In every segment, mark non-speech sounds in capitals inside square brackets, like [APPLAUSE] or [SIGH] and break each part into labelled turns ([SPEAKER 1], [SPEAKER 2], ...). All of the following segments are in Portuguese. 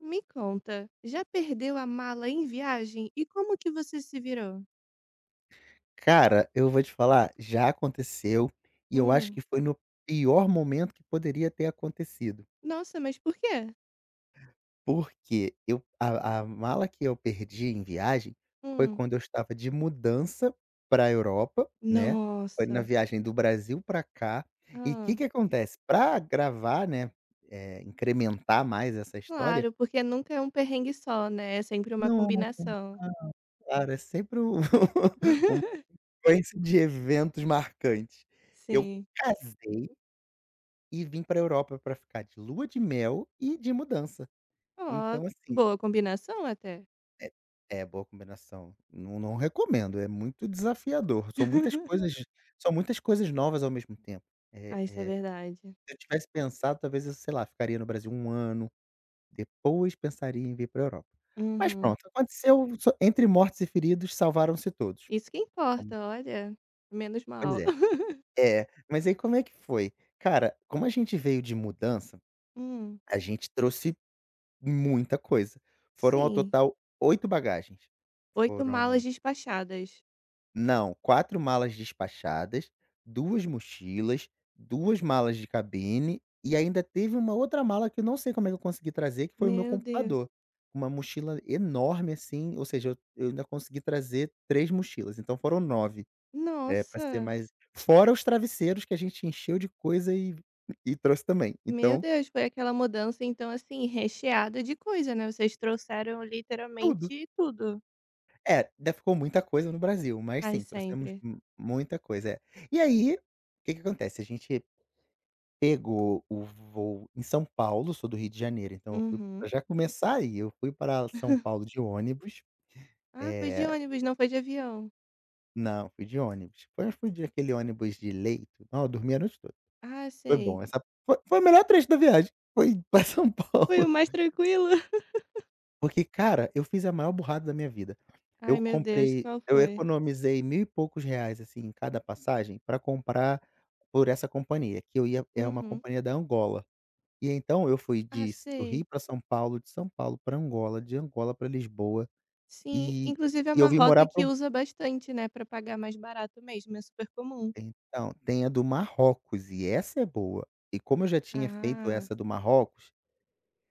[SPEAKER 1] Me conta, já perdeu a mala em viagem e como que você se virou?
[SPEAKER 2] Cara, eu vou te falar, já aconteceu, e eu acho
[SPEAKER 1] Hum,
[SPEAKER 2] que foi no pior momento que poderia ter acontecido.
[SPEAKER 1] nossa, mas por quê?
[SPEAKER 2] Porque eu a mala que eu perdi em viagem, foi
[SPEAKER 1] Hum,
[SPEAKER 2] quando eu estava de mudança para a Europa, né, foi na
[SPEAKER 1] nossa.
[SPEAKER 2] viagem do Brasil para cá. E o
[SPEAKER 1] Ah,
[SPEAKER 2] que que acontece, para gravar, né, incrementar mais essa história.
[SPEAKER 1] claro, porque nunca é um perrengue só, né? É sempre uma
[SPEAKER 2] Não,
[SPEAKER 1] combinação.
[SPEAKER 2] cara, é sempre um [LAUGHS] uma
[SPEAKER 1] [LAUGHS]
[SPEAKER 2] sequência de eventos marcantes. Eu
[SPEAKER 1] Sim.
[SPEAKER 2] casei e vim pra Europa pra ficar de lua de mel e de mudança.
[SPEAKER 1] Ó,
[SPEAKER 2] Então, assim,
[SPEAKER 1] boa combinação até.
[SPEAKER 2] é é boa combinação. Não, não recomendo, é muito desafiador. São muitas
[SPEAKER 1] [LAUGHS]
[SPEAKER 2] coisas são muitas coisas novas ao mesmo tempo. Eh
[SPEAKER 1] Ah, isso é
[SPEAKER 2] eh,
[SPEAKER 1] verdade.
[SPEAKER 2] Se eu tivesse pensado, talvez eu, sei lá, ficaria no Brasil um ano, depois pensaria em vir pra Europa. Mas
[SPEAKER 1] Uhum.
[SPEAKER 2] pronto, aconteceu, só entre mortos e feridos salvaram-se todos.
[SPEAKER 1] Isso que
[SPEAKER 2] Então,
[SPEAKER 1] importa, olha. Menos
[SPEAKER 2] pois
[SPEAKER 1] mal.
[SPEAKER 2] é.
[SPEAKER 1] [LAUGHS]
[SPEAKER 2] É, mas aí como é que foi? Cara, como a gente veio de mudança,
[SPEAKER 1] Hum,
[SPEAKER 2] a gente trouxe muita coisa. Foram ao
[SPEAKER 1] sim.
[SPEAKER 2] total 8 bagagens.
[SPEAKER 1] Oito malas
[SPEAKER 2] Foram
[SPEAKER 1] despachadas.
[SPEAKER 2] não, 4 malas despachadas, 2 mochilas, duas malas de cabine e ainda teve uma outra mala que eu não sei como é que eu consegui trazer, que foi o meu
[SPEAKER 1] Meu Deus.
[SPEAKER 2] computador. Uma mochila enorme, assim, ou seja, eu ainda consegui trazer 3 mochilas, então foram nove, é, pra ser
[SPEAKER 1] Nossa.
[SPEAKER 2] mais, fora os travesseiros que a gente encheu de coisa e trouxe também,
[SPEAKER 1] Meu
[SPEAKER 2] então
[SPEAKER 1] Deus, foi aquela mudança então, assim, recheada de coisa, né, vocês trouxeram
[SPEAKER 2] tudo.
[SPEAKER 1] literalmente tudo.
[SPEAKER 2] É, ainda ficou muita coisa no Brasil, mas
[SPEAKER 1] Ai,
[SPEAKER 2] sim, trouxemos
[SPEAKER 1] sempre.
[SPEAKER 2] mu muita coisa, é. E aí, o que que acontece, a gente pegou o voo em São Paulo, sou do Rio de Janeiro, então eu fui
[SPEAKER 1] Uhum.
[SPEAKER 2] pra já começar aí, eu fui para São Paulo de ônibus.
[SPEAKER 1] "Ah, foi de
[SPEAKER 2] eh
[SPEAKER 1] ônibus, não foi de avião."
[SPEAKER 2] não, fui de ônibus, foi fui de aquele ônibus de leito, não, eu dormi a noite toda,
[SPEAKER 1] "Ah,
[SPEAKER 2] foi
[SPEAKER 1] sei."
[SPEAKER 2] bom, essa foi o melhor trecho da viagem, foi para São [LAUGHS]
[SPEAKER 1] "Foi o
[SPEAKER 2] Paulo.
[SPEAKER 1] mais tranquilo?" [LAUGHS]
[SPEAKER 2] Porque, cara, eu fiz a maior burrada da minha vida.
[SPEAKER 1] Ai, meu Deus, qual
[SPEAKER 2] Eu
[SPEAKER 1] foi?
[SPEAKER 2] economizei 1.000 e poucos reais, assim, em cada passagem pra comprar por essa companhia, que eu ia, é uma
[SPEAKER 1] Uhum.
[SPEAKER 2] companhia da Angola. E então eu fui
[SPEAKER 1] "Ah,
[SPEAKER 2] de s do
[SPEAKER 1] sei."
[SPEAKER 2] Rio pra São Paulo, de São Paulo pra Angola, de Angola pra Lisboa,
[SPEAKER 1] Sim,
[SPEAKER 2] e
[SPEAKER 1] inclusive é uma
[SPEAKER 2] eu vim
[SPEAKER 1] rota
[SPEAKER 2] morar para,
[SPEAKER 1] que usa bastante, né, pra pagar mais barato mesmo, é super comum.
[SPEAKER 2] então, tem a do Marrocos, e essa é boa. E como eu já tinha feito
[SPEAKER 1] "Ah,
[SPEAKER 2] essa do Marrocos,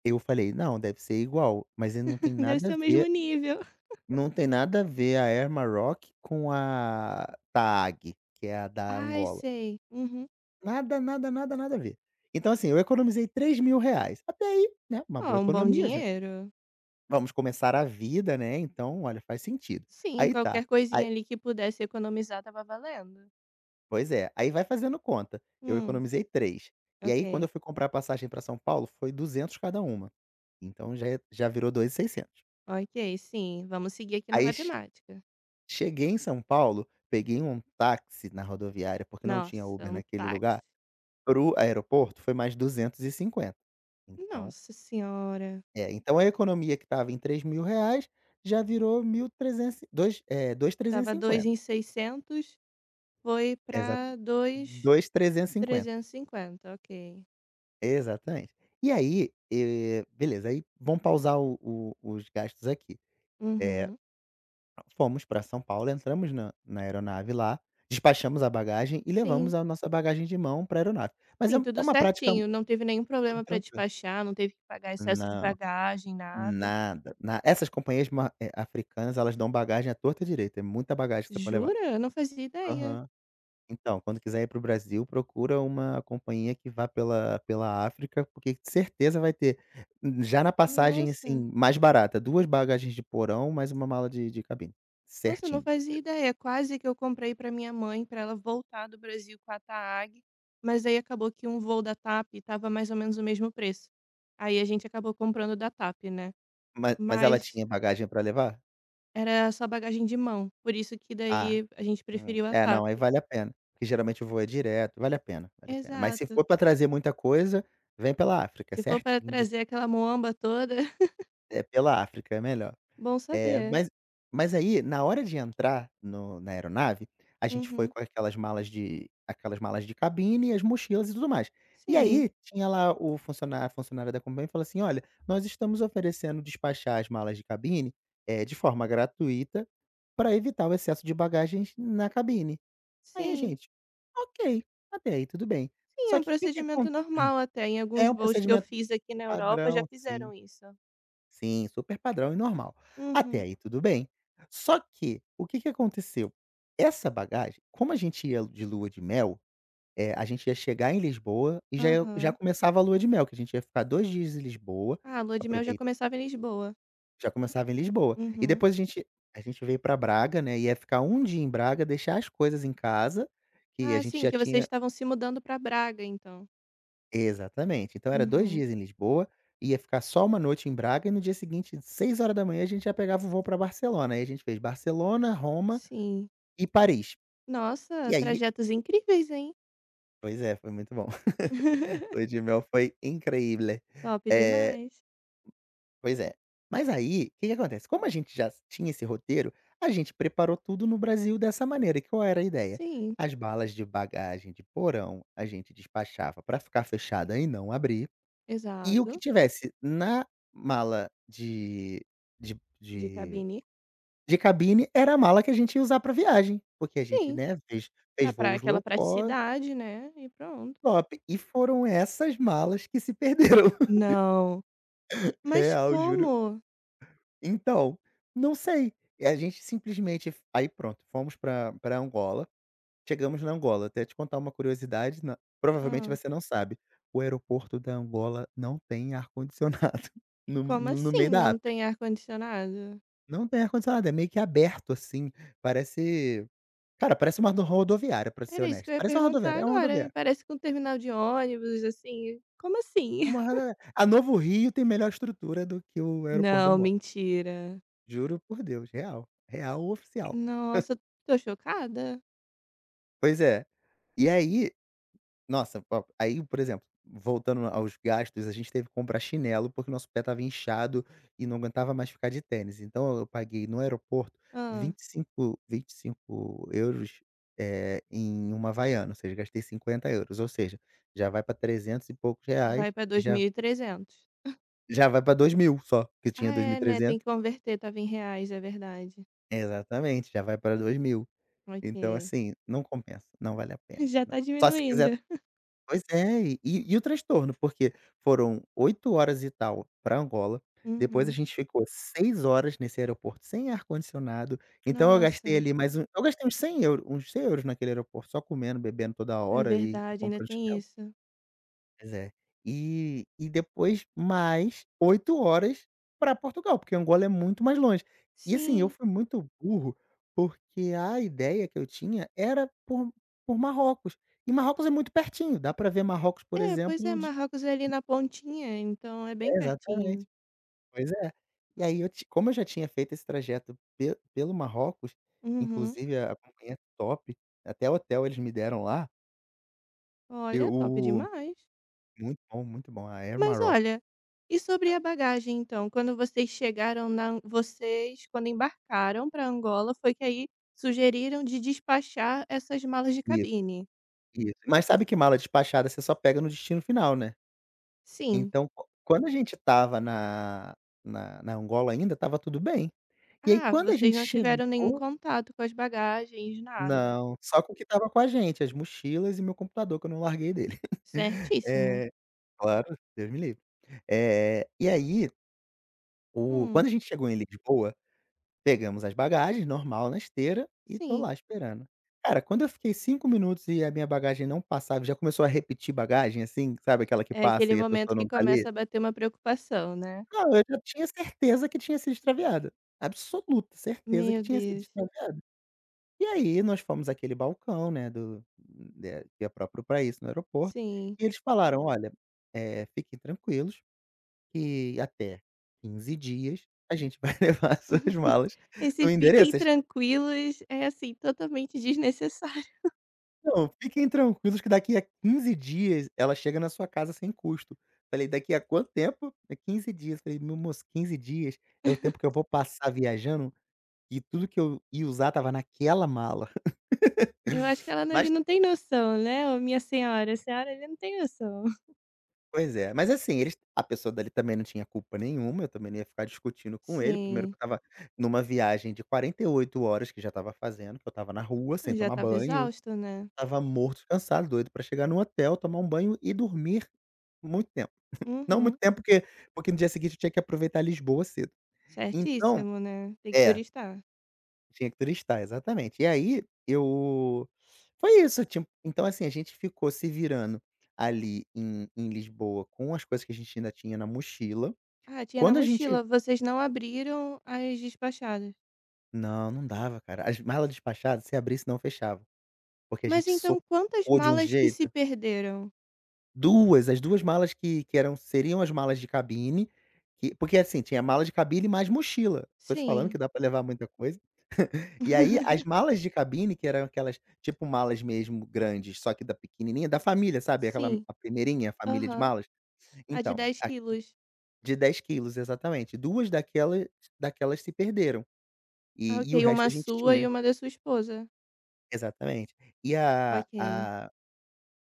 [SPEAKER 2] eu falei: "Não, deve ser igual", mas ele não tem
[SPEAKER 1] [LAUGHS] deve
[SPEAKER 2] nada
[SPEAKER 1] ser
[SPEAKER 2] a
[SPEAKER 1] o mesmo
[SPEAKER 2] ver.
[SPEAKER 1] nível."
[SPEAKER 2] Não tem nada a ver a Air Maroc com a Tag, que é a da
[SPEAKER 1] "Ai,
[SPEAKER 2] Angola.
[SPEAKER 1] sei." Uhum.
[SPEAKER 2] Nada, nada, nada, nada a ver. Então, assim, eu economizei R$ 3.000. Até aí, né, uma boa
[SPEAKER 1] Ó, um bom
[SPEAKER 2] economia, já
[SPEAKER 1] dinheiro.
[SPEAKER 2] vamos começar a vida, né, então, olha, faz sentido.
[SPEAKER 1] Sim,
[SPEAKER 2] Aí, tá,
[SPEAKER 1] qualquer coisinha
[SPEAKER 2] aí,
[SPEAKER 1] ali que pudesse economizar tava valendo.
[SPEAKER 2] pois é, aí vai fazendo conta, eu
[SPEAKER 1] Hum,
[SPEAKER 2] economizei 3. E aí quando
[SPEAKER 1] ok.
[SPEAKER 2] eu fui comprar a passagem para São Paulo, foi 200 cada uma, então já virou 2.600.
[SPEAKER 1] Ok, sim, vamos seguir aqui na
[SPEAKER 2] Aí che
[SPEAKER 1] matemática.
[SPEAKER 2] Cheguei em São Paulo, peguei um táxi na rodoviária, porque não tinha
[SPEAKER 1] Nossa,
[SPEAKER 2] Uber
[SPEAKER 1] um
[SPEAKER 2] naquele
[SPEAKER 1] táxi.
[SPEAKER 2] lugar. Para o aeroporto foi mais 250. Então
[SPEAKER 1] Nossa senhora.
[SPEAKER 2] então a economia que estava em R$ 3.000 já virou 1.300,
[SPEAKER 1] Tava 2
[SPEAKER 2] 2.350.
[SPEAKER 1] em 600, foi
[SPEAKER 2] Exa
[SPEAKER 1] pra dois
[SPEAKER 2] dois mil trezentos e cinquenta,
[SPEAKER 1] trezentos e cinquenta. Ok.
[SPEAKER 2] exatamente. E aí, beleza, aí vamos pausar o os gastos aqui. Eh,
[SPEAKER 1] Uhum.
[SPEAKER 2] Fomos para São Paulo, entramos na aeronave lá, despachamos a bagagem e levamos
[SPEAKER 1] Sim,
[SPEAKER 2] a nossa bagagem de mão para a aeronave. Mas
[SPEAKER 1] sim,
[SPEAKER 2] é
[SPEAKER 1] tudo
[SPEAKER 2] uma prática muito
[SPEAKER 1] certinho, não teve nenhum problema pra
[SPEAKER 2] tranquila.
[SPEAKER 1] despachar, não teve que pagar excesso de
[SPEAKER 2] Não.
[SPEAKER 1] bagagem, nada.
[SPEAKER 2] Nada, na essas companhias africanas, elas dão bagagem à torta e à direita, é muita bagagem que você pode levar.
[SPEAKER 1] Jura? Eu não fazia ideia.
[SPEAKER 2] Aham. Então, quando quiser ir para o Brasil, procura uma companhia que vá pela África, porque certeza vai ter, já na passagem,
[SPEAKER 1] Nossa.
[SPEAKER 2] assim, mais barata, 2 bagagens de porão, mais uma mala de cabine,
[SPEAKER 1] Nossa, não
[SPEAKER 2] certinho.
[SPEAKER 1] fazia ideia. É, quase que eu comprei pra minha mãe, pra ela voltar do Brasil com a TAG, mas aí acabou que um voo da TAP estava mais ou menos o mesmo preço. Aí a gente acabou comprando da TAP, né.
[SPEAKER 2] Ma Mas ela
[SPEAKER 1] Mas
[SPEAKER 2] tinha bagagem pra levar?
[SPEAKER 1] era só bagagem de mão, por isso que
[SPEAKER 2] Ah,
[SPEAKER 1] daí a gente preferiu a TAP.
[SPEAKER 2] não, aí vale a pena, porque geralmente o voo é direto, vale a pena, vale a pena. Mas se
[SPEAKER 1] Exato.
[SPEAKER 2] for pra trazer muita coisa, vem pela África,
[SPEAKER 1] Se for para
[SPEAKER 2] certinho.
[SPEAKER 1] trazer aquela muamba toda, [LAUGHS]
[SPEAKER 2] É, pela África, é melhor.
[SPEAKER 1] bom
[SPEAKER 2] É,
[SPEAKER 1] saber.
[SPEAKER 2] mas aí, na hora de entrar no na aeronave, a gente foi
[SPEAKER 1] Uhum.
[SPEAKER 2] com aquelas malas de cabine e as mochilas e tudo mais. E
[SPEAKER 1] Sim,
[SPEAKER 2] aí, tinha lá o funcionário a funcionária da companhia, falou assim: "Olha, nós estamos oferecendo despachar as malas de cabine, de forma gratuita, para evitar o excesso de bagagens na cabine". Aí a
[SPEAKER 1] sim.
[SPEAKER 2] gente: "Ok, até aí tudo bem".
[SPEAKER 1] Sim, é
[SPEAKER 2] Só
[SPEAKER 1] um
[SPEAKER 2] que o que que acon
[SPEAKER 1] procedimento normal até. Em alguns
[SPEAKER 2] É um
[SPEAKER 1] voos que eu
[SPEAKER 2] procedimento
[SPEAKER 1] fiz aqui na Europa já
[SPEAKER 2] padrão,
[SPEAKER 1] fizeram
[SPEAKER 2] sim.
[SPEAKER 1] isso.
[SPEAKER 2] Sim, super padrão e normal. Até
[SPEAKER 1] Uhum.
[SPEAKER 2] aí tudo bem. Só que, o que que aconteceu? Essa bagagem, como a gente ia de lua de mel, a gente ia chegar em Lisboa e já
[SPEAKER 1] Aham.
[SPEAKER 2] começava a lua de mel, que a gente ia ficar 2 dias em Lisboa,
[SPEAKER 1] Ah, a lua de mel já
[SPEAKER 2] aproveita,
[SPEAKER 1] começava em Lisboa.
[SPEAKER 2] já começava em Lisboa. E
[SPEAKER 1] Uhum.
[SPEAKER 2] depois a gente veio para Braga, né, ia ficar 1 dia em Braga, deixar as coisas em casa, que a
[SPEAKER 1] Ah,
[SPEAKER 2] gente
[SPEAKER 1] sim,
[SPEAKER 2] já
[SPEAKER 1] que vocês
[SPEAKER 2] tinha.
[SPEAKER 1] estavam se mudando para Braga, então.
[SPEAKER 2] Exatamente. Então era 2
[SPEAKER 1] Uhum.
[SPEAKER 2] dias em Lisboa, ia ficar só uma noite em Braga e no dia seguinte, 6 horas da manhã a gente já pegava o voo para Barcelona. Aí a gente fez Barcelona, Roma
[SPEAKER 1] Sim.
[SPEAKER 2] e Paris.
[SPEAKER 1] Nossa,
[SPEAKER 2] E aí,
[SPEAKER 1] trajetos incríveis, hein?
[SPEAKER 2] pois é, foi muito bom. [LAUGHS]
[SPEAKER 1] [LAUGHS]
[SPEAKER 2] Lua de mel foi incrível.
[SPEAKER 1] Top
[SPEAKER 2] Eh,
[SPEAKER 1] demais.
[SPEAKER 2] Pois é. Mas aí, o que que acontece? Como a gente já tinha esse roteiro, a gente preparou tudo no Brasil dessa maneira. Que Qual era a ideia?
[SPEAKER 1] Sim,
[SPEAKER 2] As balas de bagagem de porão a gente despachava para ficar fechada e não abrir. E o que
[SPEAKER 1] exato.
[SPEAKER 2] tivesse na mala de
[SPEAKER 1] De
[SPEAKER 2] de
[SPEAKER 1] cabine.
[SPEAKER 2] de cabine era a mala que a gente ia usar para viagem, porque a gente,
[SPEAKER 1] Sim.
[SPEAKER 2] né,
[SPEAKER 1] Ah,
[SPEAKER 2] fez
[SPEAKER 1] pra
[SPEAKER 2] voos
[SPEAKER 1] aquela
[SPEAKER 2] low cost
[SPEAKER 1] praticidade, né? E pronto.
[SPEAKER 2] top, e foram essas malas que se perderam. [LAUGHS]
[SPEAKER 1] Não. Mas
[SPEAKER 2] Real, juro.
[SPEAKER 1] como?
[SPEAKER 2] Então, não sei, e a gente simplesmente, aí pronto, fomos pra Angola, chegamos na Angola, até te contar uma curiosidade, na provavelmente
[SPEAKER 1] Ah,
[SPEAKER 2] você não sabe, o aeroporto da Angola não tem ar-condicionado [LAUGHS]
[SPEAKER 1] como
[SPEAKER 2] no meio
[SPEAKER 1] assim
[SPEAKER 2] da.
[SPEAKER 1] não tem ar-condicionado?
[SPEAKER 2] Não tem ar-condicionado, é meio que aberto, assim, parece cara, parece uma do rodoviária, pra ser
[SPEAKER 1] Era isso que
[SPEAKER 2] honesto.
[SPEAKER 1] eu ia
[SPEAKER 2] Parece uma
[SPEAKER 1] perguntar
[SPEAKER 2] rodoviária, é uma
[SPEAKER 1] agora.
[SPEAKER 2] rodoviária,
[SPEAKER 1] Parece que um terminal de ônibus, assim. Como assim?
[SPEAKER 2] é uma
[SPEAKER 1] [LAUGHS]
[SPEAKER 2] rodoviária. A Novo Rio tem melhor estrutura do que o aeroporto da
[SPEAKER 1] Não,
[SPEAKER 2] Angola,
[SPEAKER 1] mentira.
[SPEAKER 2] juro por Deus, real, real oficial.
[SPEAKER 1] Nossa, tô chocada.
[SPEAKER 2] Pois é, e aí, nossa, po aí, por exemplo, voltando aos gastos, a gente teve que comprar chinelo, porque o nosso pé estava inchado e não aguentava mais ficar de tênis. Então eu paguei no aeroporto
[SPEAKER 1] Ah,
[SPEAKER 2] 25, €25, em uma Havaiana, ou seja, gastei €50, ou seja, já vai para 300 e poucos
[SPEAKER 1] vai
[SPEAKER 2] reais
[SPEAKER 1] pra
[SPEAKER 2] e
[SPEAKER 1] dois mil e trezentos.
[SPEAKER 2] já vai para 2.000 só, que tinha
[SPEAKER 1] Ah,
[SPEAKER 2] dois mil e
[SPEAKER 1] é, né, tem
[SPEAKER 2] trezentos.
[SPEAKER 1] que converter, estava em reais, é verdade.
[SPEAKER 2] Exatamente, já vai para 2.000. Então,
[SPEAKER 1] Ok.
[SPEAKER 2] assim, não compensa, não vale a
[SPEAKER 1] [LAUGHS]
[SPEAKER 2] pena,
[SPEAKER 1] Já
[SPEAKER 2] não.
[SPEAKER 1] tá
[SPEAKER 2] Só se
[SPEAKER 1] diminuindo.
[SPEAKER 2] quiser. Pois é, e o transtorno, porque foram 8 horas e tal para Angola, depois a
[SPEAKER 1] Uhum.
[SPEAKER 2] gente ficou 6 horas nesse aeroporto sem ar-condicionado, então eu gastei
[SPEAKER 1] Nossa,
[SPEAKER 2] ali, mais um eu gastei uns €100, naquele aeroporto, só comendo, bebendo toda
[SPEAKER 1] é
[SPEAKER 2] hora e
[SPEAKER 1] verdade, ainda
[SPEAKER 2] comprando.
[SPEAKER 1] tem isso.
[SPEAKER 2] Pois é. E depois mais 8 horas para Portugal, porque Angola é muito mais longe. E, assim, eu
[SPEAKER 1] Sim.
[SPEAKER 2] fui muito burro, porque a ideia que eu tinha era por Marrocos. E Marrocos é muito pertinho, dá para ver Marrocos, por
[SPEAKER 1] É, pois é,
[SPEAKER 2] exemplo, de.
[SPEAKER 1] Marrocos é ali na pontinha, então é bem
[SPEAKER 2] É, exatamente.
[SPEAKER 1] pertinho.
[SPEAKER 2] Pois é. E aí, eu ti como eu já tinha feito esse trajeto pe pelo Marrocos,
[SPEAKER 1] Uhum.
[SPEAKER 2] inclusive a companhia top, até o hotel eles me deram lá,
[SPEAKER 1] Olha,
[SPEAKER 2] eu
[SPEAKER 1] top
[SPEAKER 2] o-
[SPEAKER 1] demais.
[SPEAKER 2] muito bom, a Air
[SPEAKER 1] Mas
[SPEAKER 2] Maroc.
[SPEAKER 1] olha, e sobre a bagagem então? Quando vocês chegaram na vocês quando embarcaram para Angola, foi que aí sugeriram de despachar essas malas de cabine.
[SPEAKER 2] Isso. Mas sabe que mala despachada você só pega no destino final, né.
[SPEAKER 1] Sim.
[SPEAKER 2] Então, quando a gente estava na Angola ainda, estava tudo bem. E aí,
[SPEAKER 1] Ah,
[SPEAKER 2] quando a
[SPEAKER 1] vocês
[SPEAKER 2] gente
[SPEAKER 1] não tiveram nenhum
[SPEAKER 2] chegou,
[SPEAKER 1] contato com as bagagens, nada.
[SPEAKER 2] não, só com o que estava com a gente, as mochilas e meu computador, que eu não larguei dele. [LAUGHS]
[SPEAKER 1] Certíssimo.
[SPEAKER 2] Eh, Claro, Deus me livre. E aí, o
[SPEAKER 1] Hum,
[SPEAKER 2] quando a gente chegou em Lisboa, pegamos as bagagens, normal, na esteira, e tô
[SPEAKER 1] sim.
[SPEAKER 2] lá esperando. Cara, quando eu fiquei 5 minutos e a minha bagagem não passava, já começou a repetir bagagem, assim, sabe aquela que
[SPEAKER 1] É aquele
[SPEAKER 2] passa e a
[SPEAKER 1] momento
[SPEAKER 2] pessoa
[SPEAKER 1] que
[SPEAKER 2] não tá ali?
[SPEAKER 1] começa a bater uma preocupação, né.
[SPEAKER 2] Não, eu já tinha certeza que tinha sido extraviada, absoluta certeza que
[SPEAKER 1] Meu
[SPEAKER 2] tinha sido
[SPEAKER 1] Deus.
[SPEAKER 2] extraviada. E aí nós fomos àquele balcão, né, do de que é próprio para isso, no aeroporto,
[SPEAKER 1] Sim.
[SPEAKER 2] e eles falaram: "Olha, fiquem tranquilos que até 15 dias a gente vai [LAUGHS] levar suas
[SPEAKER 1] [LAUGHS]
[SPEAKER 2] malas
[SPEAKER 1] Esse
[SPEAKER 2] no
[SPEAKER 1] "fiquem
[SPEAKER 2] endereço".
[SPEAKER 1] tranquilos" é, assim, totalmente desnecessário.
[SPEAKER 2] Não, fiquem tranquilos que daqui a 15 dias ela chega na sua casa sem custo. Falei: "Daqui a quanto tempo?" "É 15 dias". Falei: "Meu moço, 15 dias é o tempo que eu vou passar viajando e tudo que eu ia usar tava naquela mala".
[SPEAKER 1] Eu acho que
[SPEAKER 2] [LAUGHS]
[SPEAKER 1] ela não
[SPEAKER 2] Mas
[SPEAKER 1] ele não tem noção, né, "Ô minha senhora, a senhora ele não tem noção." [LAUGHS]
[SPEAKER 2] mas assim, eles a pessoa dali também não tinha culpa nenhuma, eu também não ia ficar discutindo com ele. Primeiro que
[SPEAKER 1] Sim,
[SPEAKER 2] eu estava numa viagem de 48 horas que já estava fazendo, que eu estava na rua sem
[SPEAKER 1] já
[SPEAKER 2] tomar
[SPEAKER 1] estava
[SPEAKER 2] banho,
[SPEAKER 1] exausto, né.
[SPEAKER 2] estava morto cansado, doido pra chegar no hotel, tomar um banho e dormir muito tempo. Não
[SPEAKER 1] Uhum,
[SPEAKER 2] muito tempo, porque no dia seguinte eu tinha que aproveitar Lisboa cedo. Então
[SPEAKER 1] certíssimo, né, tem que
[SPEAKER 2] é,
[SPEAKER 1] turistar.
[SPEAKER 2] tinha que turistar, exatamente. E aí eu foi isso, tipo, então assim, a gente ficou se virando ali em Lisboa com as coisas que a gente ainda tinha na mochila.
[SPEAKER 1] "Ah, tinha na
[SPEAKER 2] Quando a gente
[SPEAKER 1] mochila, vocês não abriram as despachadas."
[SPEAKER 2] não, não dava, cara. As malas despachadas, se abrisse, não fechava, porque a
[SPEAKER 1] Mas
[SPEAKER 2] gente
[SPEAKER 1] então quantas
[SPEAKER 2] socou de um
[SPEAKER 1] malas que se
[SPEAKER 2] jeito.
[SPEAKER 1] perderam?
[SPEAKER 2] Duas as 2 malas que eram seriam as malas de cabine, que porque assim, tinha mala de cabine mais mochila. Tô te falando
[SPEAKER 1] Sim.
[SPEAKER 2] que dá pra levar muita coisa. E aí, as
[SPEAKER 1] [LAUGHS]
[SPEAKER 2] malas de cabine, que eram aquelas tipo malas mesmo grandes, só que da pequenininha, da família, sabe, aquela
[SPEAKER 1] Sim,
[SPEAKER 2] a primeirinha, família de
[SPEAKER 1] aham.
[SPEAKER 2] malas?
[SPEAKER 1] A de
[SPEAKER 2] Então,
[SPEAKER 1] 10
[SPEAKER 2] a
[SPEAKER 1] quilos.
[SPEAKER 2] de 10 quilos, exatamente. 2 daquelas se perderam,
[SPEAKER 1] Ah,
[SPEAKER 2] e o
[SPEAKER 1] ok,
[SPEAKER 2] resto
[SPEAKER 1] uma
[SPEAKER 2] a gente
[SPEAKER 1] sua e
[SPEAKER 2] tinha.
[SPEAKER 1] uma da sua esposa.
[SPEAKER 2] Exatamente. E a
[SPEAKER 1] Ok.
[SPEAKER 2] a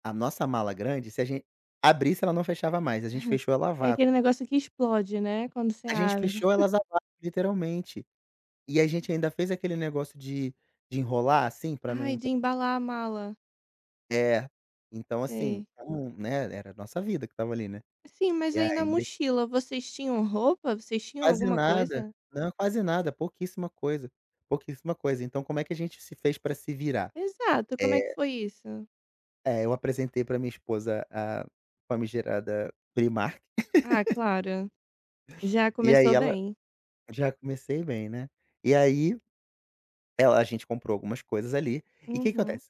[SPEAKER 2] a nossa mala grande, se a gen abrisse, ela não fechava mais, a gente
[SPEAKER 1] [LAUGHS]
[SPEAKER 2] fechou ela a
[SPEAKER 1] É
[SPEAKER 2] vácuo.
[SPEAKER 1] aquele negócio que explode, né, quando você
[SPEAKER 2] A gente
[SPEAKER 1] abre.
[SPEAKER 2] fechou elas a vácuo, literalmente. E a gente ainda fez aquele negócio de enrolar, assim, pra
[SPEAKER 1] Ai,
[SPEAKER 2] não.
[SPEAKER 1] de embalar a mala.
[SPEAKER 2] É, então assim,
[SPEAKER 1] Sei.
[SPEAKER 2] então, né, era a nossa vida que estava ali, né.
[SPEAKER 1] Sim, mas
[SPEAKER 2] E aí
[SPEAKER 1] aí na mochila vocês tinham roupa? Vocês tinham
[SPEAKER 2] quase
[SPEAKER 1] alguma
[SPEAKER 2] nada,
[SPEAKER 1] coisa?
[SPEAKER 2] não, quase nada, pouquíssima coisa, pouquíssima coisa. Então como é que a gente se fez pra se virar?
[SPEAKER 1] Exato, como é que
[SPEAKER 2] Eh,
[SPEAKER 1] foi isso?
[SPEAKER 2] eu apresentei pra minha esposa a famigerada Primark,
[SPEAKER 1] Ah, claro. Já
[SPEAKER 2] e aí
[SPEAKER 1] começou
[SPEAKER 2] ela
[SPEAKER 1] bem.
[SPEAKER 2] já comecei bem, né. E aí ela a gente comprou algumas coisas ali, e que
[SPEAKER 1] Uhum.
[SPEAKER 2] acontece,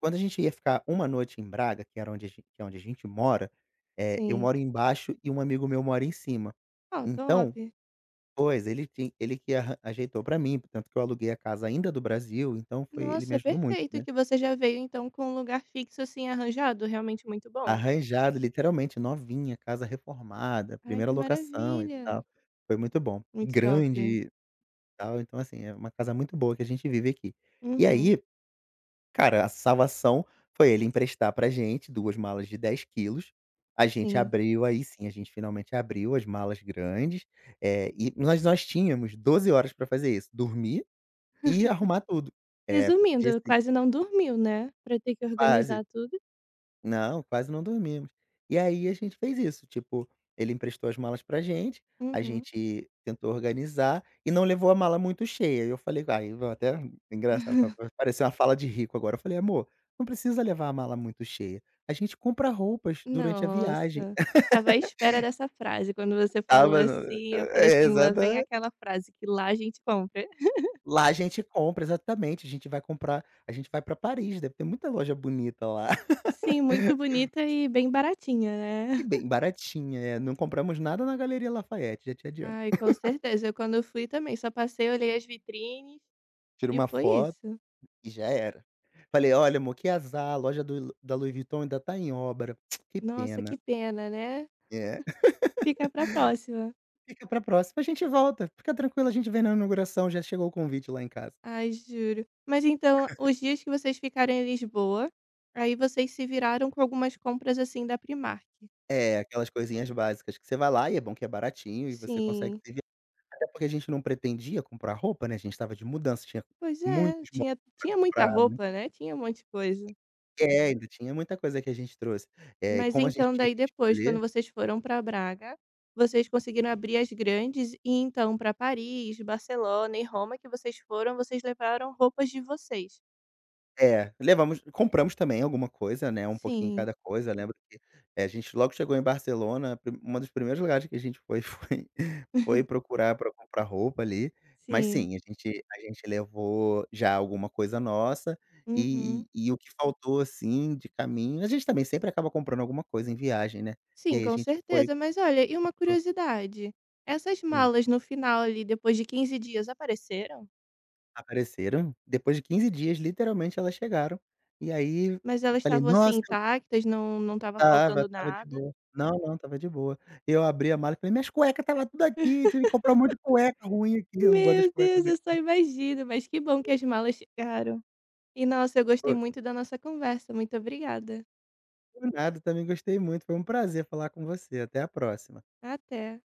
[SPEAKER 2] quando a gente ia ficar uma noite em Braga, que era onde a gen que é onde a gente mora, eu
[SPEAKER 1] Sim.
[SPEAKER 2] moro embaixo e um amigo meu mora em cima.
[SPEAKER 1] Ó, top.
[SPEAKER 2] Então pois, ele que arran ajeitou pra mim, tanto que eu aluguei a casa ainda do Brasil, então foi ele me
[SPEAKER 1] Nossa,
[SPEAKER 2] ajudou muito,
[SPEAKER 1] perfeito
[SPEAKER 2] né.
[SPEAKER 1] que você já veio então com um lugar fixo assim arranjado, realmente muito bom.
[SPEAKER 2] Arranjado, literalmente novinha, casa reformada,
[SPEAKER 1] Ai,
[SPEAKER 2] primeira
[SPEAKER 1] que
[SPEAKER 2] locação e
[SPEAKER 1] maravilha.
[SPEAKER 2] tal. Foi muito bom.
[SPEAKER 1] Muito top.
[SPEAKER 2] Grande e tal, então assim, é uma casa muito boa que a gente vive aqui. E
[SPEAKER 1] Uhum.
[SPEAKER 2] aí, cara, a salvação foi ele emprestar pra gente 2 malas de 10 quilos. A gente
[SPEAKER 1] Sim.
[SPEAKER 2] abriu, aí sim, a gente finalmente abriu as malas grandes, é, e nós tínhamos 12 horas pra fazer isso, dormir e arrumar tudo. É, porque dia
[SPEAKER 1] Resumindo,
[SPEAKER 2] segui
[SPEAKER 1] quase não dormiu, né? Pra ter que
[SPEAKER 2] quase.
[SPEAKER 1] organizar tudo.
[SPEAKER 2] Não, quase não dormimos. E aí a gente fez isso, tipo, ele emprestou as malas pra gente, a
[SPEAKER 1] Uhum.
[SPEAKER 2] gente tentou organizar e não levou a mala muito cheia. Eu falei: "Ai", vou até, engraçado,
[SPEAKER 1] [LAUGHS]
[SPEAKER 2] pa pa parecer uma fala de rico agora. Eu falei: "Amor, não precisa levar a mala muito cheia. A gente compra roupas durante a viagem".
[SPEAKER 1] Nossa, estava à espera dessa frase. Quando você falou
[SPEAKER 2] Estava no
[SPEAKER 1] assim, eu falei
[SPEAKER 2] é,
[SPEAKER 1] assim: "Lá
[SPEAKER 2] exata
[SPEAKER 1] vem aquela frase que lá a gente compra."
[SPEAKER 2] Lá a gente compra, exatamente, a gente vai pra Paris, deve ter muita loja bonita lá.
[SPEAKER 1] Sim, muito bonita e bem baratinha,
[SPEAKER 2] E
[SPEAKER 1] né. [LAUGHS]
[SPEAKER 2] bem baratinha, é, não compramos nada na Galeria Lafayette, já te adianto.
[SPEAKER 1] Ai, com certeza. Eu quando fui também só passei, olhei as vitrines
[SPEAKER 2] Tira
[SPEAKER 1] e
[SPEAKER 2] uma
[SPEAKER 1] foi
[SPEAKER 2] foto
[SPEAKER 1] isso.
[SPEAKER 2] e já era. Falei: "Olha amor, que azar, a loja do da Louis Vuitton ainda tá em obra, [TSK] que
[SPEAKER 1] Nossa,
[SPEAKER 2] pena".
[SPEAKER 1] que pena, né.
[SPEAKER 2] É, [LAUGHS]
[SPEAKER 1] Fica pra próxima.
[SPEAKER 2] fica pra próxima, a gente volta, fica tranquilo, a gente vem na inauguração, já chegou o convite lá em casa.
[SPEAKER 1] Ai, juro. Mas então, os dias que vocês ficaram em Lisboa, aí vocês se viraram com algumas compras, assim, da Primark?
[SPEAKER 2] É, aquelas coisinhas básicas que você vai lá e é bom que é baratinho e você consegue
[SPEAKER 1] Sim.
[SPEAKER 2] se virar, até porque a gente não pretendia comprar roupa, né, a gente estava de mudança, tinha
[SPEAKER 1] Pois é,
[SPEAKER 2] muitos móveis
[SPEAKER 1] tinha
[SPEAKER 2] pra
[SPEAKER 1] tinha muita
[SPEAKER 2] comprar, muito,
[SPEAKER 1] roupa, né, tinha um monte de coisa.
[SPEAKER 2] é, ainda tinha muita coisa que a gente trouxe. É
[SPEAKER 1] Mas
[SPEAKER 2] como a gente
[SPEAKER 1] então
[SPEAKER 2] tinha
[SPEAKER 1] daí
[SPEAKER 2] que
[SPEAKER 1] depois, quando
[SPEAKER 2] escolher
[SPEAKER 1] vocês foram para Braga, vocês conseguiram abrir as grandes e então para Paris, Barcelona e Roma que vocês foram, vocês levaram roupas de vocês?
[SPEAKER 2] É, levamos compramos também alguma coisa, né, um pouquinho em
[SPEAKER 1] Sim,
[SPEAKER 2] cada coisa, lembro que, a gente logo chegou em Barcelona, pri uma dos primeiros lugares que a gente foi, [LAUGHS] foi procurar para comprar roupa ali, mas
[SPEAKER 1] sim.
[SPEAKER 2] sim, a gente levou já alguma coisa nossa,
[SPEAKER 1] Uhum.
[SPEAKER 2] e o que faltou, assim, de caminho a gente também sempre acaba comprando alguma coisa em viagem, né, e
[SPEAKER 1] Sim,
[SPEAKER 2] aí a
[SPEAKER 1] com
[SPEAKER 2] gente foi
[SPEAKER 1] certeza. Mas olha, e uma curiosidade, essas
[SPEAKER 2] hum,
[SPEAKER 1] malas no final ali, depois de 15 dias apareceram?
[SPEAKER 2] apareceram, depois de 15 dias literalmente elas chegaram, e aí,
[SPEAKER 1] Mas elas
[SPEAKER 2] falei:
[SPEAKER 1] estavam, assim,
[SPEAKER 2] "Nossa,
[SPEAKER 1] intactas, não não estava faltando
[SPEAKER 2] tava de
[SPEAKER 1] nada?
[SPEAKER 2] boa. Não, não, tava de boa". Eu abri a mala e falei: "Minhas cuecas estava tudo aqui, tive que comprar um monte de cueca ruim aqui, eu não gosto das
[SPEAKER 1] Meu
[SPEAKER 2] cuecas
[SPEAKER 1] Deus, eu só
[SPEAKER 2] daqui".
[SPEAKER 1] imagino, mas que bom que as malas chegaram. E nossa, eu gostei
[SPEAKER 2] Foi.
[SPEAKER 1] muito da nossa conversa, muito obrigada.
[SPEAKER 2] Por nada, também gostei muito, foi um prazer falar com você, até a próxima.
[SPEAKER 1] Até.